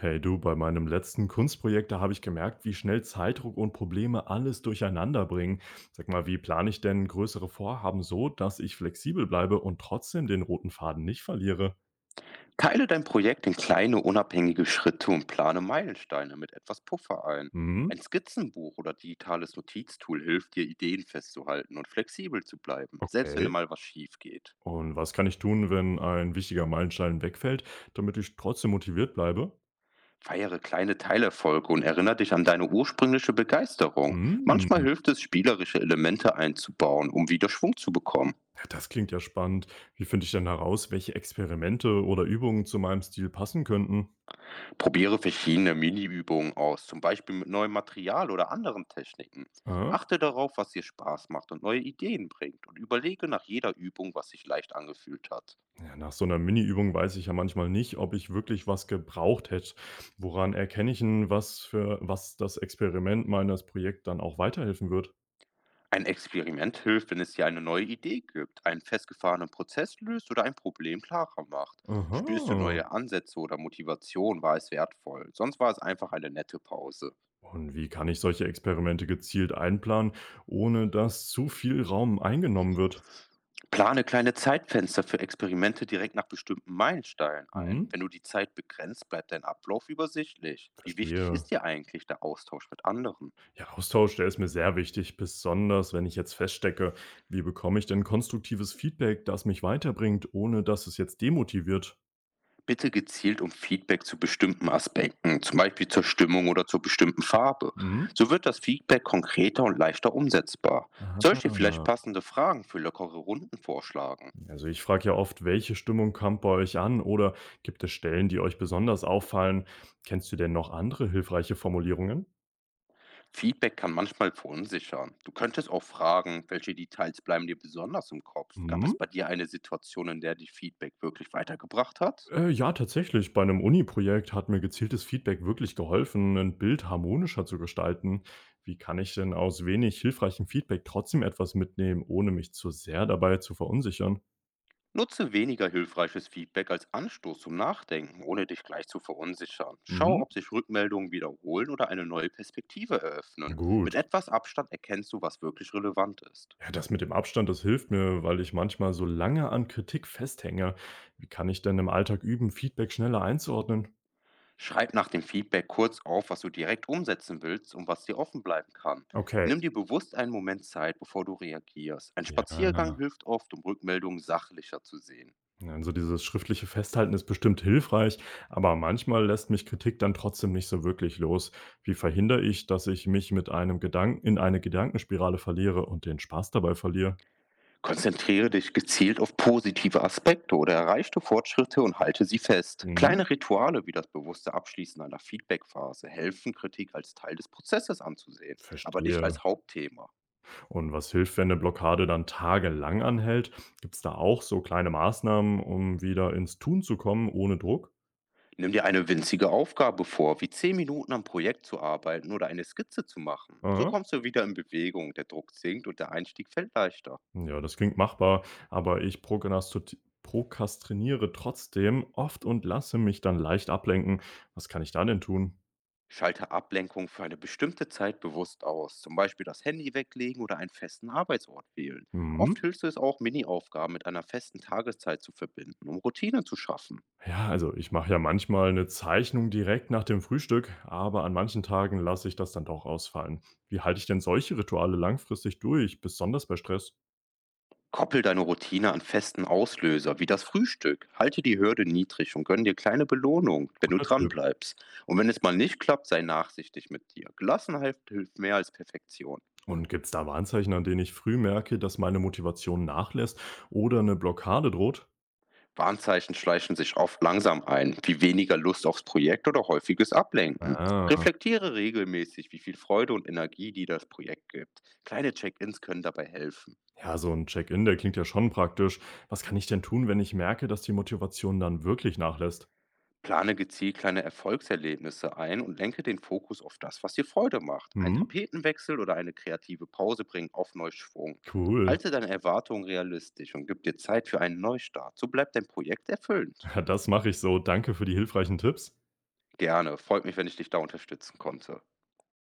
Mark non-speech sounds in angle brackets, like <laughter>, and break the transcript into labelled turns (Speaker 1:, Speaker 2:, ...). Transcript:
Speaker 1: Hey du, bei meinem letzten Kunstprojekt, da habe ich gemerkt, wie schnell Zeitdruck und Probleme alles durcheinander bringen. Sag mal, wie plane ich denn größere Vorhaben so, dass ich flexibel bleibe und trotzdem den roten Faden nicht verliere?
Speaker 2: Teile dein Projekt in kleine, unabhängige Schritte und plane Meilensteine mit etwas Puffer ein.
Speaker 1: Hm,
Speaker 2: Ein Skizzenbuch oder digitales Notiztool hilft dir, Ideen festzuhalten und flexibel zu bleiben, selbst wenn
Speaker 1: okay.
Speaker 2: mal was schief geht.
Speaker 1: Und was kann ich tun, wenn ein wichtiger Meilenstein wegfällt, damit ich trotzdem motiviert bleibe?
Speaker 2: Feiere kleine Teilerfolge und erinnere dich an deine ursprüngliche Begeisterung.
Speaker 1: Hm,
Speaker 2: Manchmal hilft es, spielerische Elemente einzubauen, um wieder Schwung zu bekommen.
Speaker 1: ja, das klingt ja spannend. Wie finde ich denn heraus, welche Experimente oder Übungen zu meinem Stil passen könnten?
Speaker 2: Probiere verschiedene Mini-Übungen aus, zum Beispiel mit neuem Material oder anderen Techniken.
Speaker 1: Ah.
Speaker 2: Achte darauf, was dir Spaß macht und neue Ideen bringt und überlege nach jeder Übung, was sich leicht angefühlt hat.
Speaker 1: Ja, nach so einer Mini-Übung weiß ich ja manchmal nicht, ob ich wirklich was gebraucht hätte. Woran erkenne ich 'n, was für was das Experiment meines Projekt dann auch weiterhelfen wird?
Speaker 2: Ein Experiment hilft, wenn es dir eine neue Idee gibt, einen festgefahrenen Prozess löst oder ein Problem klarer macht.
Speaker 1: Aha.
Speaker 2: Spürst du neue Ansätze oder Motivation, war es wertvoll. Sonst war es einfach eine nette Pause.
Speaker 1: Und wie kann ich solche Experimente gezielt einplanen, ohne dass zu viel Raum eingenommen wird?
Speaker 2: Plane kleine Zeitfenster für Experimente direkt nach bestimmten Meilensteinen ein.
Speaker 1: Mhm,
Speaker 2: Wenn du die Zeit begrenzt, bleibt dein Ablauf übersichtlich. Wie wichtig
Speaker 1: verstehe.
Speaker 2: ist dir eigentlich der Austausch mit anderen?
Speaker 1: Ja, Austausch, der ist mir sehr wichtig, besonders wenn ich jetzt feststecke, wie bekomme ich denn konstruktives Feedback, das mich weiterbringt, ohne dass es jetzt demotiviert?
Speaker 2: Bitte gezielt um Feedback zu bestimmten Aspekten, zum Beispiel zur Stimmung oder zur bestimmten Farbe.
Speaker 1: Mhm.
Speaker 2: So wird das Feedback konkreter und leichter umsetzbar. Soll ich dir vielleicht
Speaker 1: Ah.
Speaker 2: passende Fragen für lockere Runden vorschlagen?
Speaker 1: Also ich frage ja oft, welche Stimmung kommt bei euch an oder gibt es Stellen, die euch besonders auffallen? Kennst du denn noch andere hilfreiche Formulierungen?
Speaker 2: Feedback kann manchmal verunsichern. Du könntest auch fragen, welche Details bleiben dir besonders im Kopf? Gab es
Speaker 1: Mhm.
Speaker 2: bei dir eine Situation, in der dich Feedback wirklich weitergebracht hat?
Speaker 1: Ja, tatsächlich. Bei einem Uni-Projekt hat mir gezieltes Feedback wirklich geholfen, ein Bild harmonischer zu gestalten. Wie kann ich denn aus wenig hilfreichem Feedback trotzdem etwas mitnehmen, ohne mich zu sehr dabei zu verunsichern?
Speaker 2: Nutze weniger hilfreiches Feedback als Anstoß zum Nachdenken, ohne dich gleich zu verunsichern. Schau,
Speaker 1: Mhm.
Speaker 2: ob sich Rückmeldungen wiederholen oder eine neue Perspektive
Speaker 1: Na
Speaker 2: eröffnen.
Speaker 1: gut.
Speaker 2: Mit etwas Abstand erkennst du, was wirklich relevant ist.
Speaker 1: Ja, das mit dem Abstand, das hilft mir, weil ich manchmal so lange an Kritik festhänge. Wie kann ich denn im Alltag üben, Feedback schneller einzuordnen?
Speaker 2: Schreib nach dem Feedback kurz auf, was du direkt umsetzen willst und was dir offen bleiben kann.
Speaker 1: Okay,
Speaker 2: Nimm dir bewusst einen Moment Zeit, bevor du reagierst. Ein Spaziergang
Speaker 1: ja.
Speaker 2: hilft oft, um Rückmeldungen sachlicher zu sehen.
Speaker 1: Also, dieses schriftliche Festhalten ist bestimmt hilfreich, aber manchmal lässt mich Kritik dann trotzdem nicht so wirklich los. Wie verhindere ich, dass ich mich mit einem Gedanken in eine Gedankenspirale verliere und den Spaß dabei verliere?
Speaker 2: Konzentriere dich gezielt auf positive Aspekte oder erreichte Fortschritte und halte sie fest.
Speaker 1: Mhm,
Speaker 2: Kleine Rituale wie das bewusste Abschließen einer Feedbackphase helfen, Kritik als Teil des Prozesses anzusehen, aber nicht
Speaker 1: verstehe.
Speaker 2: als Hauptthema.
Speaker 1: Und was hilft, wenn eine Blockade dann tagelang anhält? Gibt es da auch so kleine Maßnahmen, um wieder ins Tun zu kommen ohne Druck?
Speaker 2: Nimm dir eine winzige Aufgabe vor, wie 10 Minuten am Projekt zu arbeiten oder eine Skizze zu machen. So kommst du wieder in Bewegung, der Druck sinkt und der Einstieg fällt leichter.
Speaker 1: Ja, das klingt machbar, aber ich prokrastiniere trotzdem oft und lasse mich dann leicht ablenken. Was kann ich da denn tun?
Speaker 2: Schalte Ablenkung für eine bestimmte Zeit bewusst aus, zum Beispiel das Handy weglegen oder einen festen Arbeitsort wählen. Oft
Speaker 1: Mhm.
Speaker 2: hilft es auch, Mini-Aufgaben mit einer festen Tageszeit zu verbinden, um Routine zu schaffen.
Speaker 1: Ja, also ich mache ja manchmal eine Zeichnung direkt nach dem Frühstück, aber an manchen Tagen lasse ich das dann doch ausfallen. Wie halte ich denn solche Rituale langfristig durch, besonders bei Stress?
Speaker 2: Koppel deine Routine an festen Auslöser, wie das Frühstück. Halte die Hürde niedrig und gönn dir kleine Belohnung, wenn du
Speaker 1: Guter Tipp.
Speaker 2: dranbleibst. Und wenn es mal nicht klappt, sei nachsichtig mit dir. Gelassenheit hilft mehr als Perfektion.
Speaker 1: Und gibt es da Warnzeichen, an denen ich früh merke, dass meine Motivation nachlässt oder eine Blockade droht?
Speaker 2: Warnzeichen schleichen sich oft langsam ein, wie weniger Lust aufs Projekt oder häufiges Ablenken.
Speaker 1: Ah.
Speaker 2: Reflektiere regelmäßig, wie viel Freude und Energie dir das Projekt gibt. Kleine Check-ins können dabei helfen.
Speaker 1: Ja, so ein Check-in, der klingt ja schon praktisch. Was kann ich denn tun, wenn ich merke, dass die Motivation dann wirklich nachlässt?
Speaker 2: Plane gezielt kleine Erfolgserlebnisse ein und lenke den Fokus auf das, was dir Freude macht. Ein
Speaker 1: Mhm,
Speaker 2: Tapetenwechsel oder eine kreative Pause bringen oft neu Schwung.
Speaker 1: cool. <laughs>
Speaker 2: Halte deine Erwartungen realistisch und gib dir Zeit für einen Neustart. So bleibt dein Projekt erfüllend.
Speaker 1: Ja, das mache ich so. Danke für die hilfreichen Tipps.
Speaker 2: Gerne. Freut mich, wenn ich dich da unterstützen konnte.